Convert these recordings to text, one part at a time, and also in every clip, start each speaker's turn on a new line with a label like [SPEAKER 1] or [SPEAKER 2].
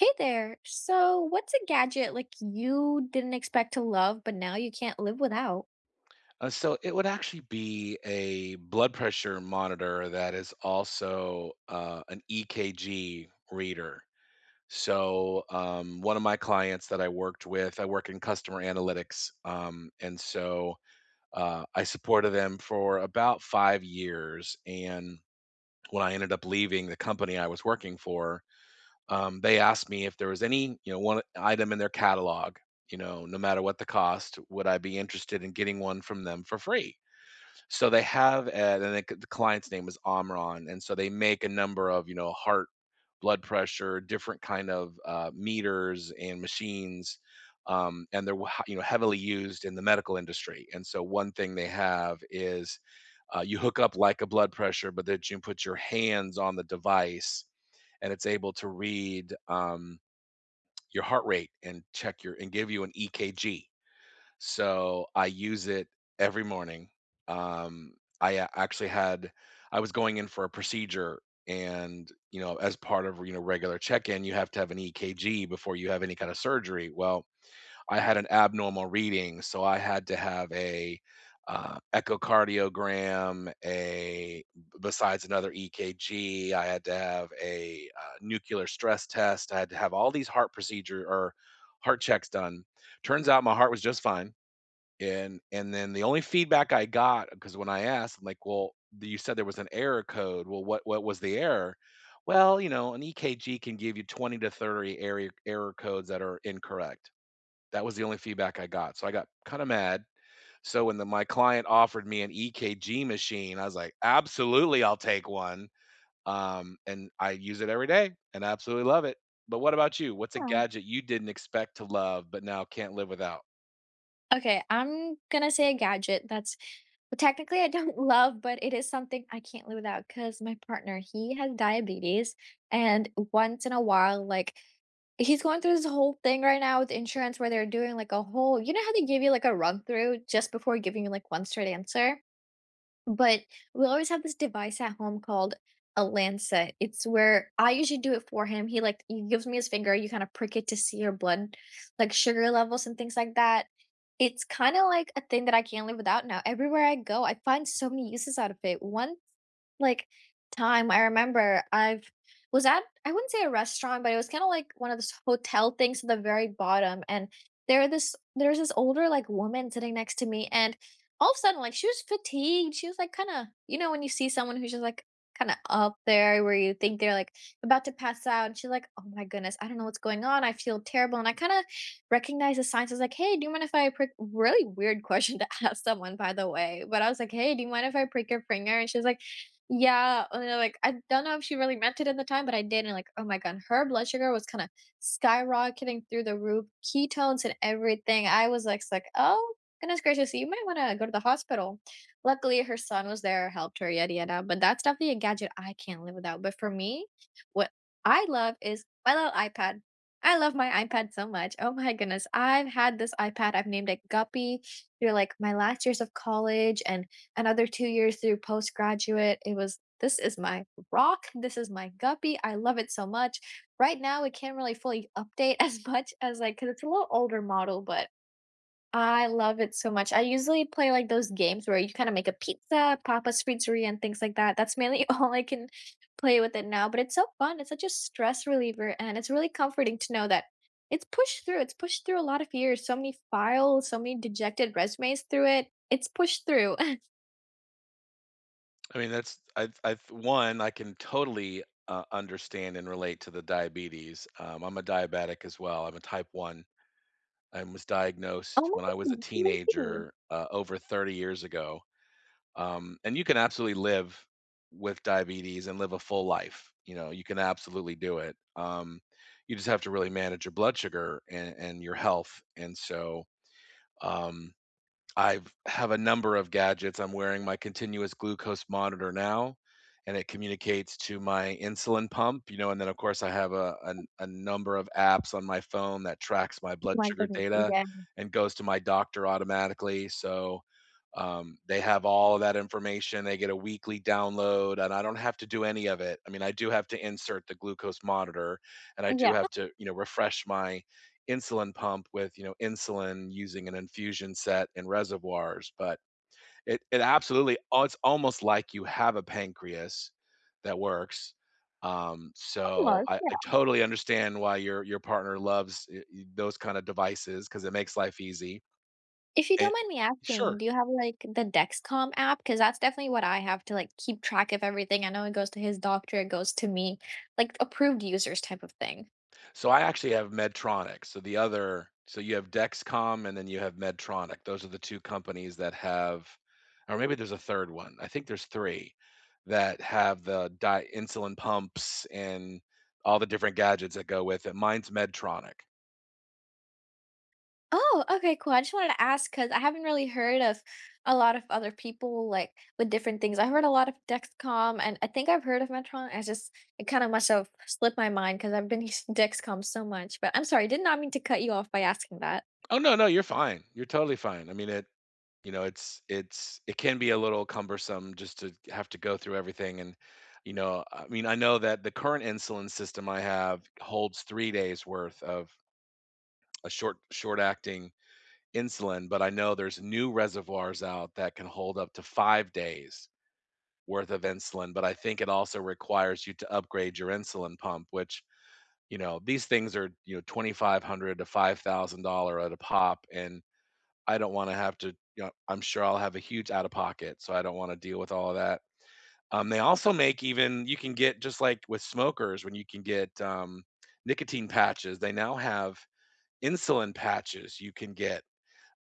[SPEAKER 1] Hey there. So, what's a gadget like you didn't expect to love, but now you can't live without?
[SPEAKER 2] So it would actually be a blood pressure monitor that is also an EKG reader. One of my clients that I worked with, I work in customer analytics, and so I supported them for about 5 years. And when I ended up leaving the company I was working for, they asked me if there was any, you know, one item in their catalog, you know, no matter what the cost, would I be interested in getting one from them for free? So they have, and then the client's name is Omron, and so they make a number of, you know, heart, blood pressure, different kind of meters and machines, and they're you know, heavily used in the medical industry. And so one thing they have is you hook up like a blood pressure, but that you put your hands on the device, and it's able to read your heart rate and check your and give you an EKG, so I use it every morning. Um, I actually had I was going in for a procedure, and you know, as part of you know regular check-in, you have to have an EKG before you have any kind of surgery. Well, I had an abnormal reading, so I had to have a echocardiogram, a besides another EKG, I had to have a nuclear stress test. I had to have all these heart procedure or heart checks done. Turns out my heart was just fine, and then the only feedback I got because when I asked, I'm like, "Well, th you said there was an error code. Well, what was the error?" "Well, you know, an EKG can give you 20 to 30 error codes that are incorrect." That was the only feedback I got, so I got kinda mad. So when the my client offered me an EKG machine, I was like, "Absolutely, I'll take one." And I use it every day and I absolutely love it. But what about you? What's a
[SPEAKER 1] Oh,
[SPEAKER 2] gadget you didn't expect to love but now can't live without?
[SPEAKER 1] okay, I'm gonna say a gadget that's, well, technically I don't love, but it is something I can't live without because my partner, he has diabetes, and once in a while, like, he's going through this whole thing right now with insurance where they're doing like a whole, you know how they give you like a run through just before giving you like one straight answer? But we always have this device at home called a lancet. It's where I usually do it for him. He gives me his finger, you kind of prick it to see your blood, like, sugar levels and things like that. It's kind of like a thing that I can't live without now. Everywhere I go, I find so many uses out of it. One, like, time, I remember I've was at I wouldn't say a restaurant, but it was kinda like one of those hotel things at the very bottom, and there's this older, like, woman sitting next to me, and all of a sudden, like, she was fatigued, she was, like, kinda, you know, when you see someone who's just, like, kinda up there where you think they're, like, about to pass out, and she's like, "Oh my goodness, I don't know what's going on, I feel terrible," and I kinda recognize the signs, I was like, "Hey, do you mind if I prick," really weird question to ask someone, by the way, but I was like, "Hey, do you mind if I prick your finger?" And she was like, yeah, and then, like, I don't know if she really meant it at the time, but I did, and, like, oh my god, her blood sugar was kinda skyrocketing through the roof, ketones and everything. I was like, s like, "Oh, goodness gracious, you might wanna go to the hospital." Luckily, her son was there, helped her, yada, yada, but that's definitely a gadget I can't live without. But for me, what I love is my little iPad. I love my iPad so much. Oh my goodness. I've had this iPad, I've named it Guppy. You're like, my last years of college, and another 2 years through postgraduate, it was, "This is my rock, this is my guppy, I love it so much." Right now, it can't really fully update as much as, like, cause it's a little older model, but I love it so much. I usually play, like, those games where you kinda make a pizza, Papa's Pizzeria, and things like that. That's mainly all I can play with it now, but it's so fun, it's such a stress reliever, and it's really comforting to know that it's pushed through a lot of years, so many files, so many dejected resumes through it. It's pushed through.
[SPEAKER 2] I mean, that's I one, I can totally understand and relate to the diabetes. I'm a diabetic as well. I'm a type one. I was
[SPEAKER 1] Oh
[SPEAKER 2] diagnosed
[SPEAKER 1] my
[SPEAKER 2] when I was a
[SPEAKER 1] goodness, really?
[SPEAKER 2] teenager over 30 years ago. And you can absolutely live with diabetes and live a full life. You know, you can absolutely do it. You just have to really manage your blood sugar and your health. And so, um, I have a number of gadgets. I'm wearing my continuous glucose monitor now, and it communicates to my insulin pump, you know, and then, of course, I have a number of apps on my phone that tracks my
[SPEAKER 1] Oh
[SPEAKER 2] blood
[SPEAKER 1] my
[SPEAKER 2] sugar
[SPEAKER 1] goodness,
[SPEAKER 2] data
[SPEAKER 1] yeah,
[SPEAKER 2] and goes to my doctor automatically, so, they have all of that information. They get a weekly download, and I don't have to do any of it. I mean, I do have to insert the glucose monitor, and I do
[SPEAKER 1] yeah,
[SPEAKER 2] have to, you know, refresh my insulin pump with, you know, insulin using an infusion set and reservoirs, but it absolutely al it's almost like you have a pancreas that works. Um, so
[SPEAKER 1] almost,
[SPEAKER 2] I I
[SPEAKER 1] yeah.
[SPEAKER 2] totally understand why your partner loves, those kinda devices because it makes life easy,
[SPEAKER 1] If you don't
[SPEAKER 2] and
[SPEAKER 1] mind me asking,
[SPEAKER 2] sure.
[SPEAKER 1] do you have, like, the Dexcom app? Because that's definitely what I have to, like, keep track of everything. I know it goes to his doctor, it goes to me, like, approved users type of thing.
[SPEAKER 2] So I actually have Medtronic. So the other, so you have Dexcom and then you have Medtronic. Those are the two companies that have, or maybe there's a third one. I think there's three that have the insulin pumps and all the different gadgets that go with it. Mine's Medtronic.
[SPEAKER 1] Oh, okay, cool. I just wanted to ask because I haven't really heard of a lot of other people, like, with different things. I heard a lot of Dexcom, and I think I've heard of Medtronic. I just, it kinda must have slipped my mind because 'cause I've been using Dexcom so much, but I'm sorry, did not mean to cut you off by asking that.
[SPEAKER 2] Oh no, you're fine. You're totally fine. I mean, it, you know, it's it can be a little cumbersome just to have to go through everything. And. You know, I mean, I know that the current insulin system I have holds 3 days worth of a short acting insulin, but I know there's new reservoirs out that can hold up to 5 days worth of insulin, but I think it also requires you to upgrade your insulin pump, which, you know, these things are, you know, 2500 to $5,000 at a pop, and I don't wanna have to you know, I'm sure I'll have a huge out of pocket, so I don't wanna deal with all of that. They also make even you can get just like with smokers when you can get, nicotine patches, they now have insulin patches you can get.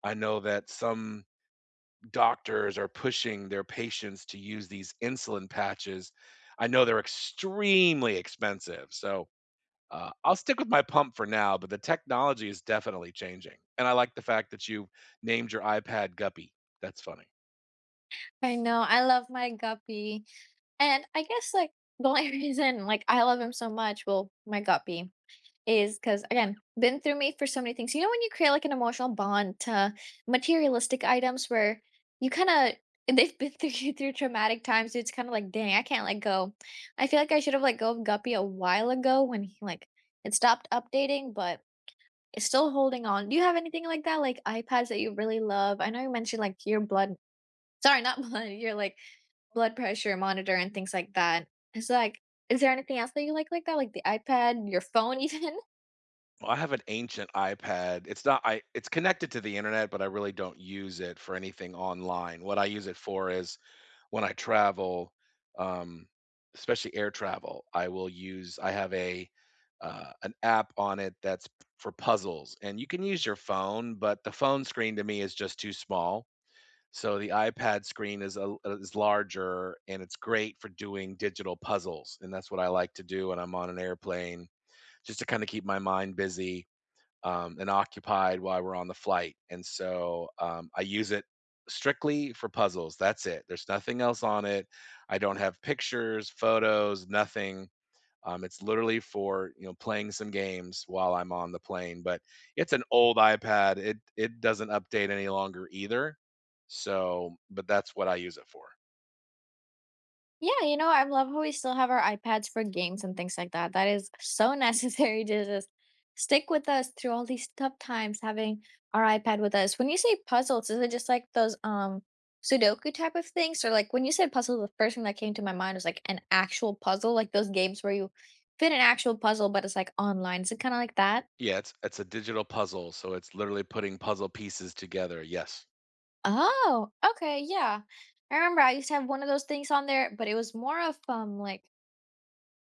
[SPEAKER 2] I know that some doctors are pushing their patients to use these insulin patches. I know they're extremely expensive, so, I'll stick with my pump for now, but the technology is definitely changing, and I like the fact that you named your iPad Guppy. That's funny.
[SPEAKER 1] I know, I love my guppy, and I guess, like, the only reason, like, I love him so much, well, my guppy, is because, again, been through me for so many things. You know when you create, like, an emotional bond to materialistic items where you kinda, they've been through you through traumatic times, it's kinda like, "Dang, I can't let go." I feel like I should have let go of Guppy a while ago when he, like, it stopped updating, but it's still holding on. Do you have anything like that, like, iPads that you really love? I know you mentioned, like, your blood, sorry, not blood, your, like, blood pressure monitor and things like that. It's like, is there anything else that you like that? Like the iPad, your phone even?
[SPEAKER 2] Well, I have an ancient iPad. It's not I it's connected to the internet, but I really don't use it for anything online. What I use it for is when I travel, um, especially air travel, I will use I have a an app on it that's for puzzles, and you can use your phone, but the phone screen to me is just too small. So the iPad screen is a, is larger, and it's great for doing digital puzzles, and that's what I like to do when I'm on an airplane, just to kind of keep my mind busy and occupied while we're on the flight. And so I use it strictly for puzzles. That's it. There's nothing else on it. I don't have pictures, photos, nothing. It's literally for you know playing some games while I'm on the plane. But it's an old iPad. It doesn't update any longer either. So, but that's what I use it for.
[SPEAKER 1] Yeah, you know, I love how we still have our iPads for games and things like that. That is so necessary to just stick with us through all these tough times having our iPad with us. When you say puzzles, is it just like those, um, Sudoku type of things? Or like, when you said puzzle, the first thing that came to my mind was like an actual puzzle, like those games where you fit an actual puzzle, but it's like online. Is it kind of like that?
[SPEAKER 2] Yeah, it's a digital puzzle. So it's literally putting puzzle pieces together. Yes.
[SPEAKER 1] Oh, okay, yeah. I remember I used to have one of those things on there, but it was more of, like,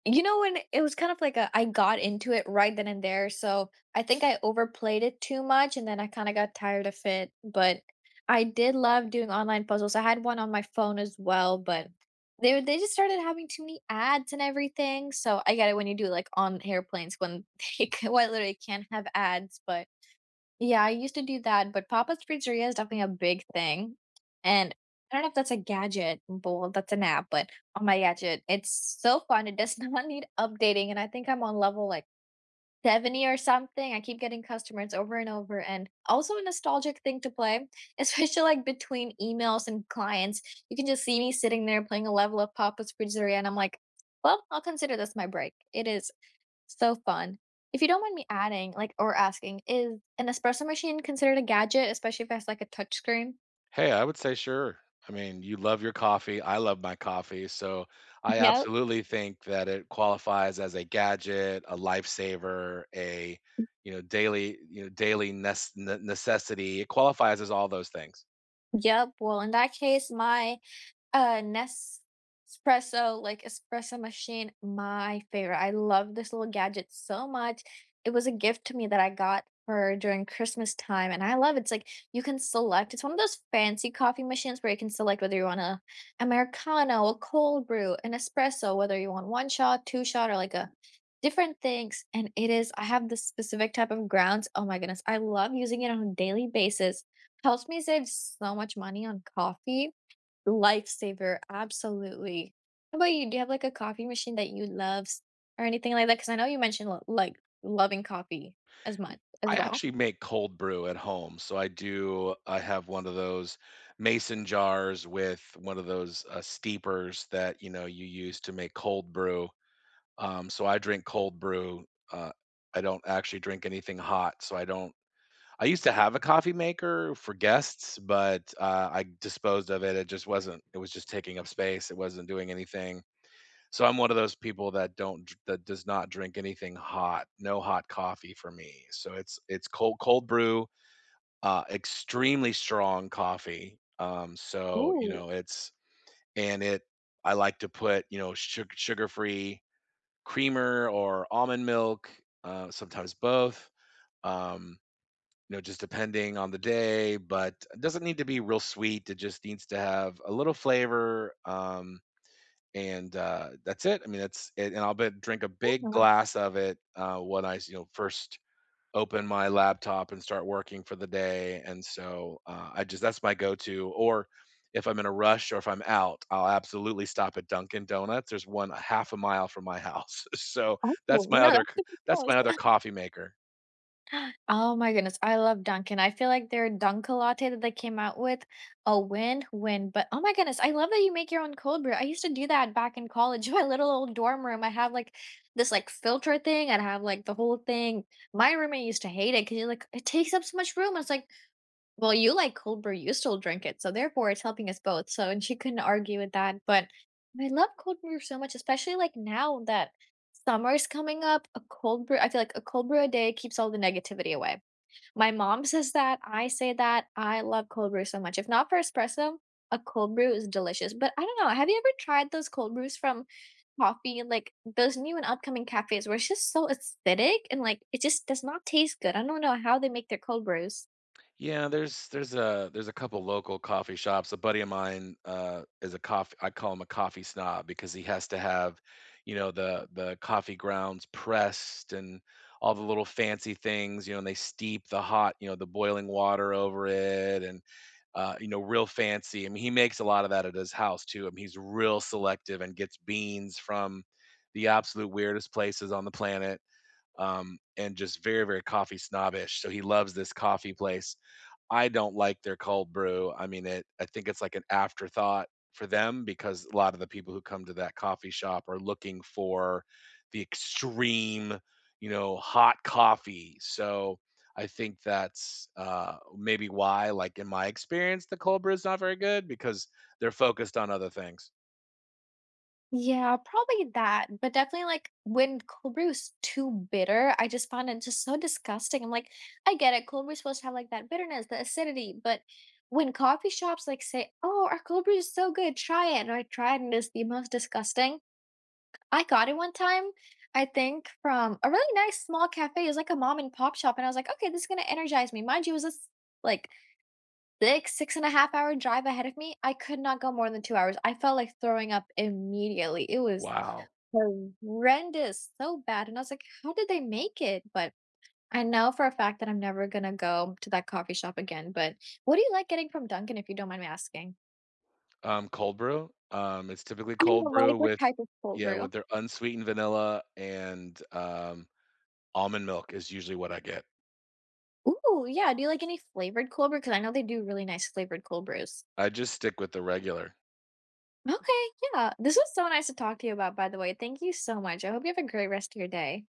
[SPEAKER 1] you know, when it was kind of like a, I got into it right then and there, so I think I overplayed it too much, and then I kinda got tired of it, but I did love doing online puzzles. I had one on my phone as well, but they just started having too many ads and everything, so I get it when you do, like, on airplanes when they, well, literally can't have ads, but yeah, I used to do that, but Papa's Pizzeria is definitely a big thing. And I don't know if that's a gadget, but, well, that's an app, but on my gadget, it's so fun. It does not need updating. And I think I'm on level like 70 or something. I keep getting customers over and over. And also a nostalgic thing to play, especially like between emails and clients. You can just see me sitting there playing a level of Papa's Pizzeria. And I'm like, well, I'll consider this my break. It is so fun. If you don't mind me adding, like, or asking, is an espresso machine considered a gadget, especially if it has like a touch screen?
[SPEAKER 2] Hey, I would say sure. I mean, you love your coffee. I love my coffee. So I
[SPEAKER 1] Yep,
[SPEAKER 2] absolutely think that it qualifies as a gadget, a lifesaver, a you know daily necessity. It qualifies as all those things.
[SPEAKER 1] yep. Well, in that case, my Nespresso, like, espresso machine, my favorite. I love this little gadget so much. It was a gift to me that I got for during Christmas time, and I love it. It's like you can select, it's one of those fancy coffee machines where you can select whether you want a Americano, a cold brew, an espresso, whether you want one shot, two shot, or like a different things. And it is, I have this specific type of grounds. Oh my goodness. I love using it on a daily basis. Helps me save so much money on coffee. Lifesaver, absolutely. How about you? Do you have, like, a coffee machine that you loves or anything like that? Because I know you mentioned, l, like, loving coffee as
[SPEAKER 2] Y-
[SPEAKER 1] much as
[SPEAKER 2] I
[SPEAKER 1] well.
[SPEAKER 2] actually make cold brew at home, so I do. I have one of those mason jars with one of those steepers that you know you use to make cold brew. So I drink cold brew. Uh, I don't actually drink anything hot, so I don't. I used to have a coffee maker for guests, but I disposed of it. It just wasn't. It was just taking up space. It wasn't doing anything. So I'm one of those people that don't dr- that does not drink anything hot. No hot coffee for me. So it's cold brew, extremely strong coffee. So you
[SPEAKER 1] Ooh,
[SPEAKER 2] know it's and it. I like to put you know sugar free creamer or almond milk, sometimes both. Um, you know, just depending on the day, but it doesn't need to be real sweet. It just needs to have a little flavor. And that's it. I mean, that's it. And I'll be, drink a big
[SPEAKER 1] yeah.
[SPEAKER 2] glass of it when I, you know, first open my laptop and start working for the day. And so I just that's my go-to. Or if I'm in a rush or if I'm out, I'll absolutely stop at Dunkin' Donuts. There's one a half a mile from my house, so
[SPEAKER 1] Oh,
[SPEAKER 2] that's
[SPEAKER 1] you
[SPEAKER 2] my
[SPEAKER 1] know, that's super
[SPEAKER 2] that's
[SPEAKER 1] close.
[SPEAKER 2] my other coffee maker.
[SPEAKER 1] Oh my goodness, I love Dunkin'. I feel like their Dunka latte that they came out with, a win, win, but oh my goodness, I love that you make your own cold brew. I used to do that back in college, in my little old dorm room. I have, like, this, like, filter thing, I'd have, like, the whole thing. My roommate used to hate it 'cause he's like, "It takes up so much room." I was like, well, you like cold brew, you still drink it, so therefore it's helping us both, so, and she couldn't argue with that, but I love cold brew so much, especially, like, now that summer is coming up, a cold brew, I feel like a cold brew a day keeps all the negativity away. My mom says that, I say that, I love cold brew so much. If not for espresso, a cold brew is delicious, but I don't know, have you ever tried those cold brews from coffee, like, those new and upcoming cafes where it's just so acidic and, like, it just does not taste good, I don't know how they make their cold brews.
[SPEAKER 2] Yeah, there's a couple local coffee shops. A buddy of mine is a coffee. I call him a coffee snob because he has to have, you know, the coffee grounds pressed and all the little fancy things. You know, and they steep the hot, you know, the boiling water over it, and you know, real fancy. I mean, he makes a lot of that at his house too. I mean, he's real selective and gets beans from the absolute weirdest places on the planet. And just very, very coffee snobbish. So he loves this coffee place I don't like their cold brew. I mean, it I think it's like an afterthought for them because a lot of the people who come to that coffee shop are looking for the extreme, you know, hot coffee. So I think that's maybe why, like in my experience, the cold brew is not very good because they're focused on other things.
[SPEAKER 1] Yeah, probably that, but definitely, like, when cold brew is too bitter, I just find it just so disgusting. I'm like, I get it, cold brew is supposed to have, like, that bitterness, the acidity, but when coffee shops, like, say, "Oh, our cold brew is so good, try it," and I try it, and it's the most disgusting. I got it one time, I think, from a really nice small cafe, it was like a mom and pop shop, and I was like, "Okay, this is gonna energize me." Mind you, it was this, like, 6.5 hour drive ahead of me, I could not go more than 2 hours. I felt like throwing up immediately, it was
[SPEAKER 2] Wow.
[SPEAKER 1] horrendous, so bad, and I was like, "How did they make it?" But I know for a fact that I'm never gonna go to that coffee shop again, but what do you like getting from Dunkin', if you don't mind me asking?
[SPEAKER 2] Cold brew. It's typically
[SPEAKER 1] I
[SPEAKER 2] cold
[SPEAKER 1] don't like,
[SPEAKER 2] brew
[SPEAKER 1] what
[SPEAKER 2] with,
[SPEAKER 1] type of cold
[SPEAKER 2] yeah,
[SPEAKER 1] brew?
[SPEAKER 2] with their unsweetened vanilla and almond milk is usually what I get.
[SPEAKER 1] Ooh, yeah, do you like any flavored cold brew? Because I know they do really nice flavored cold brews.
[SPEAKER 2] I just stick with the regular.
[SPEAKER 1] Okay, yeah, this was so nice to talk to you about, by the way, thank you so much, I hope you have a great rest of your day.